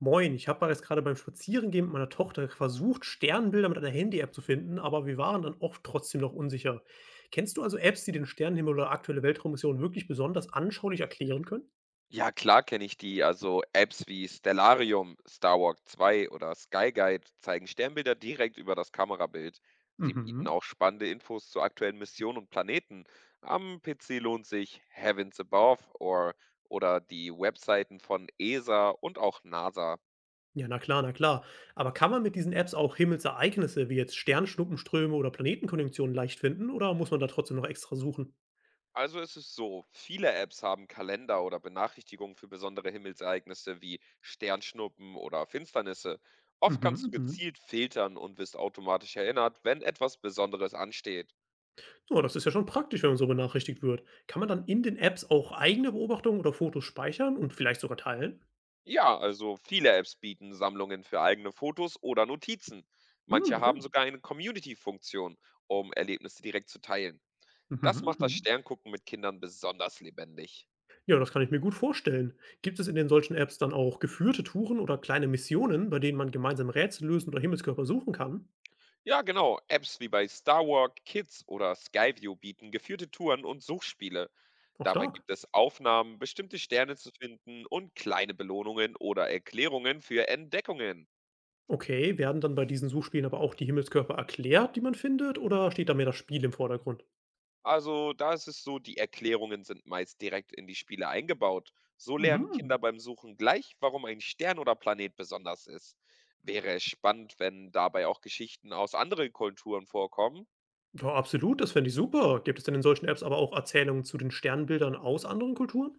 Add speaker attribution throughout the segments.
Speaker 1: Moin, ich habe mal jetzt gerade beim Spazierengehen mit meiner Tochter versucht, Sternbilder mit einer Handy-App zu finden, aber wir waren dann oft trotzdem noch unsicher. Kennst du also Apps, die den Sternenhimmel oder aktuelle Weltraummissionen wirklich besonders anschaulich erklären können?
Speaker 2: Ja, klar kenne ich die. Also Apps wie Stellarium, Starwalk zwei oder Sky Guide zeigen Sternbilder direkt über das Kamerabild. Sie bieten
Speaker 1: Mhm.
Speaker 2: auch spannende Infos zu aktuellen Missionen und Planeten. Am PC lohnt sich oder die Webseiten von ESA und auch NASA.
Speaker 1: Ja, na klar, na klar. Aber kann man mit diesen Apps auch Himmelsereignisse wie jetzt Sternschnuppenströme oder Planetenkonjunktionen leicht finden oder muss man da trotzdem noch extra suchen?
Speaker 2: Also es ist so, viele Apps haben Kalender oder Benachrichtigungen für besondere Himmelsereignisse wie Sternschnuppen oder Finsternisse.
Speaker 1: Mhm,
Speaker 2: Oft kannst du
Speaker 1: mhm.
Speaker 2: gezielt filtern und wirst automatisch erinnert, wenn etwas Besonderes ansteht.
Speaker 1: So, das ist ja schon praktisch, wenn man so benachrichtigt wird. Kann man dann in den Apps auch eigene Beobachtungen oder Fotos speichern und vielleicht sogar teilen?
Speaker 2: Ja, also viele Apps bieten Sammlungen für eigene Fotos oder Notizen.
Speaker 1: Hm,
Speaker 2: Manche
Speaker 1: okay.
Speaker 2: haben sogar eine Community-Funktion, um Erlebnisse direkt zu teilen.
Speaker 1: Mhm,
Speaker 2: Das macht das
Speaker 1: mhm.
Speaker 2: Sterngucken mit Kindern besonders lebendig.
Speaker 1: Ja, das kann ich mir gut vorstellen. Gibt es in den solchen Apps dann auch geführte Touren oder kleine Missionen, bei denen man gemeinsam Rätsel lösen oder Himmelskörper suchen kann?
Speaker 2: Ja, genau. Apps wie bei Starwalk, Kids oder Skyview bieten geführte Touren und Suchspiele.
Speaker 1: Auch
Speaker 2: Dabei
Speaker 1: stark.
Speaker 2: gibt es Aufnahmen, bestimmte Sterne zu finden und kleine Belohnungen oder Erklärungen für Entdeckungen.
Speaker 1: Okay, werden dann bei diesen Suchspielen aber auch die Himmelskörper erklärt, die man findet, oder steht da mehr das Spiel im Vordergrund?
Speaker 2: Also da ist es so, die Erklärungen sind meist direkt in die Spiele eingebaut. So lernen
Speaker 1: Mhm.
Speaker 2: Kinder beim Suchen gleich, warum ein Stern oder Planet besonders ist. Wäre es spannend, wenn dabei auch Geschichten aus anderen Kulturen vorkommen.
Speaker 1: Ja, absolut, das fände ich super. Gibt es denn in solchen Apps aber auch Erzählungen zu den Sternbildern aus anderen Kulturen?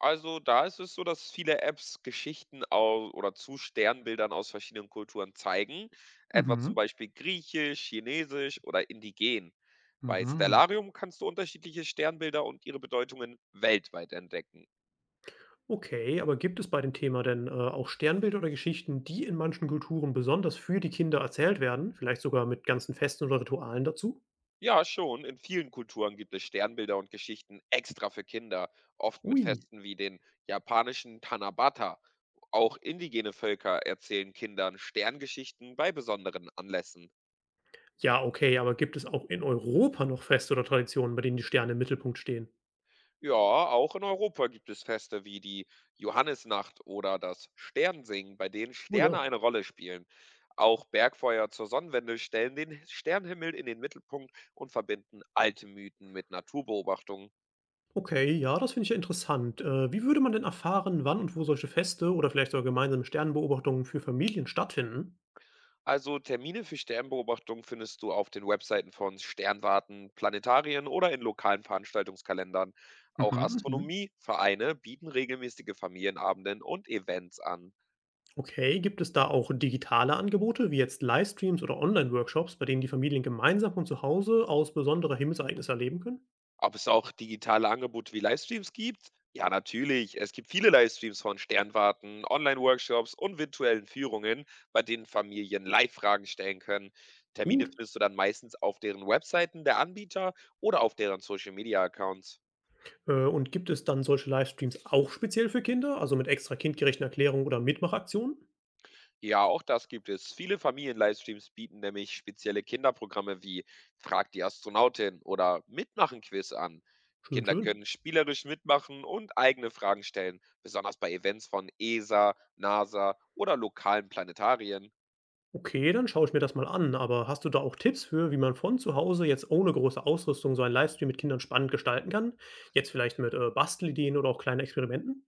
Speaker 2: Also, da ist es so, dass viele Apps Geschichten au oder zu Sternbildern aus verschiedenen Kulturen zeigen, etwa zum
Speaker 1: Mhm.
Speaker 2: Beispiel griechisch, chinesisch oder indigen. Bei
Speaker 1: Mhm.
Speaker 2: Stellarium kannst du unterschiedliche Sternbilder und ihre Bedeutungen weltweit entdecken.
Speaker 1: Okay, aber gibt es bei dem Thema denn, auch Sternbilder oder Geschichten, die in manchen Kulturen besonders für die Kinder erzählt werden, vielleicht sogar mit ganzen Festen oder Ritualen dazu?
Speaker 2: Ja, schon, in vielen Kulturen gibt es Sternbilder und Geschichten extra für Kinder, oft mit
Speaker 1: Ui.
Speaker 2: Festen wie den japanischen Tanabata. Auch indigene Völker erzählen Kindern Sterngeschichten bei besonderen Anlässen.
Speaker 1: Ja, okay, aber gibt es auch in Europa noch Feste oder Traditionen, bei denen die Sterne im Mittelpunkt stehen?
Speaker 2: Ja, auch in Europa gibt es Feste wie die Johannisnacht oder das Sternsingen, bei denen
Speaker 1: Oh
Speaker 2: Sterne
Speaker 1: ja.
Speaker 2: eine Rolle spielen. Auch Bergfeuer zur Sonnenwende stellen den Sternenhimmel in den Mittelpunkt und verbinden alte Mythen mit Naturbeobachtungen.
Speaker 1: Okay, ja, das finde ich ja interessant. Wie würde man denn erfahren, wann und wo solche Feste oder vielleicht sogar gemeinsame Sternbeobachtungen für Familien stattfinden?
Speaker 2: Also Termine für Sternbeobachtungen findest du auf den Webseiten von Sternwarten, Planetarien oder in lokalen Veranstaltungskalendern. Auch
Speaker 1: Mhm, mhm.
Speaker 2: Astronomievereine bieten regelmäßige Familienabenden und Events an.
Speaker 1: Okay, gibt es da auch digitale Angebote, wie jetzt Livestreams oder Online-Workshops, bei denen die Familien gemeinsam von zu Hause aus besondere Himmelsereignisse erleben können?
Speaker 2: Ob es auch digitale Angebote wie Livestreams gibt? Ja, natürlich. Es gibt viele Livestreams von Sternwarten, Online-Workshops und virtuellen Führungen, bei denen Familien Live-Fragen stellen können. Termine
Speaker 1: Gut.
Speaker 2: findest du dann meistens auf deren Webseiten der Anbieter oder auf deren Social-Media-Accounts.
Speaker 1: Und gibt es dann solche Livestreams auch speziell für Kinder, also mit extra kindgerechten Erklärungen oder Mitmachaktionen?
Speaker 2: Ja, auch das gibt es. Viele Familien-Livestreams bieten nämlich spezielle Kinderprogramme wie Frag die Astronautin oder Mitmachen-Quiz an.
Speaker 1: Schön,
Speaker 2: Kinder
Speaker 1: schön.
Speaker 2: können spielerisch mitmachen und eigene Fragen stellen, besonders bei Events von ESA, NASA oder lokalen Planetarien.
Speaker 1: Okay, dann schaue ich mir das mal an, aber hast du da auch Tipps für, wie man von zu Hause jetzt ohne große Ausrüstung so einen Livestream mit Kindern spannend gestalten kann? Jetzt vielleicht mit Bastelideen oder auch kleinen Experimenten?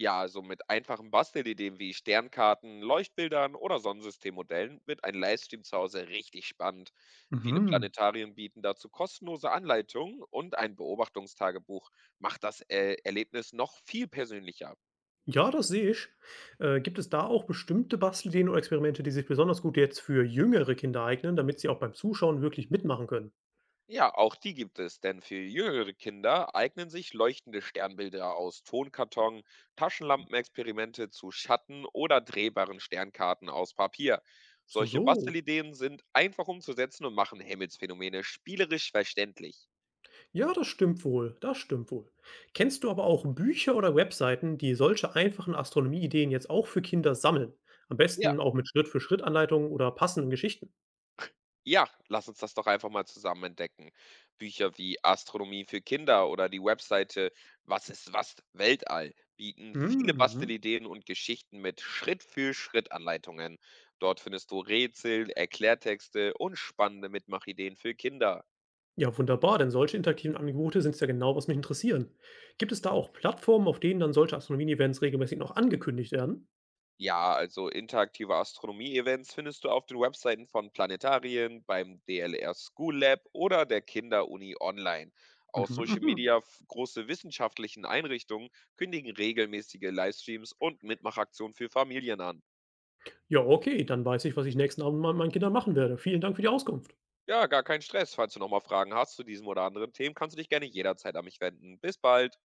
Speaker 2: Ja, also mit einfachen Bastelideen wie Sternkarten, Leuchtbildern oder Sonnensystemmodellen wird ein Livestream zu Hause richtig spannend. Viele
Speaker 1: Mhm.
Speaker 2: Planetarien bieten dazu kostenlose Anleitungen und ein Beobachtungstagebuch macht das Erlebnis noch viel persönlicher.
Speaker 1: Ja, das sehe ich. Gibt es da auch bestimmte Bastelideen oder Experimente, die sich besonders gut jetzt für jüngere Kinder eignen, damit sie auch beim Zuschauen wirklich mitmachen können?
Speaker 2: Ja, auch die gibt es, denn für jüngere Kinder eignen sich leuchtende Sternbilder aus Tonkarton, Taschenlampenexperimente zu Schatten oder drehbaren Sternkarten aus Papier.
Speaker 1: So,
Speaker 2: Solche
Speaker 1: so.
Speaker 2: Bastelideen sind einfach umzusetzen und machen Himmelsphänomene spielerisch verständlich.
Speaker 1: Ja, das stimmt wohl. Das stimmt wohl. Kennst du aber auch Bücher oder Webseiten, die solche einfachen Astronomieideen jetzt auch für Kinder sammeln? Am
Speaker 2: Ja.
Speaker 1: besten auch mit Schritt-für-Schritt-Anleitungen oder passenden Geschichten.
Speaker 2: Ja, lass uns das doch einfach mal zusammen entdecken. Bücher wie Astronomie für Kinder oder die Webseite Was ist was Weltall bieten viele
Speaker 1: Mhm.
Speaker 2: Bastelideen und Geschichten mit Schritt für Schritt Anleitungen. Dort findest du Rätsel, Erklärtexte und spannende Mitmachideen für Kinder.
Speaker 1: Ja, wunderbar, denn solche interaktiven Angebote sind ja genau, was mich interessieren. Gibt es da auch Plattformen, auf denen dann solche Astronomie-Events regelmäßig noch angekündigt werden?
Speaker 2: Ja, also interaktive Astronomie-Events findest du auf den Webseiten von Planetarien, beim DLR School Lab oder der Kinderuni online. Auch
Speaker 1: Mhm.
Speaker 2: Social
Speaker 1: Mhm.
Speaker 2: Media, große wissenschaftlichen Einrichtungen kündigen regelmäßige Livestreams und Mitmachaktionen für Familien an.
Speaker 1: Ja, okay, dann weiß ich, was ich nächsten Abend mit meinen Kindern machen werde. Vielen Dank für die Auskunft.
Speaker 2: Ja, gar kein Stress. Falls du nochmal Fragen hast zu diesem oder anderen Themen, kannst du dich gerne jederzeit an mich wenden. Bis bald.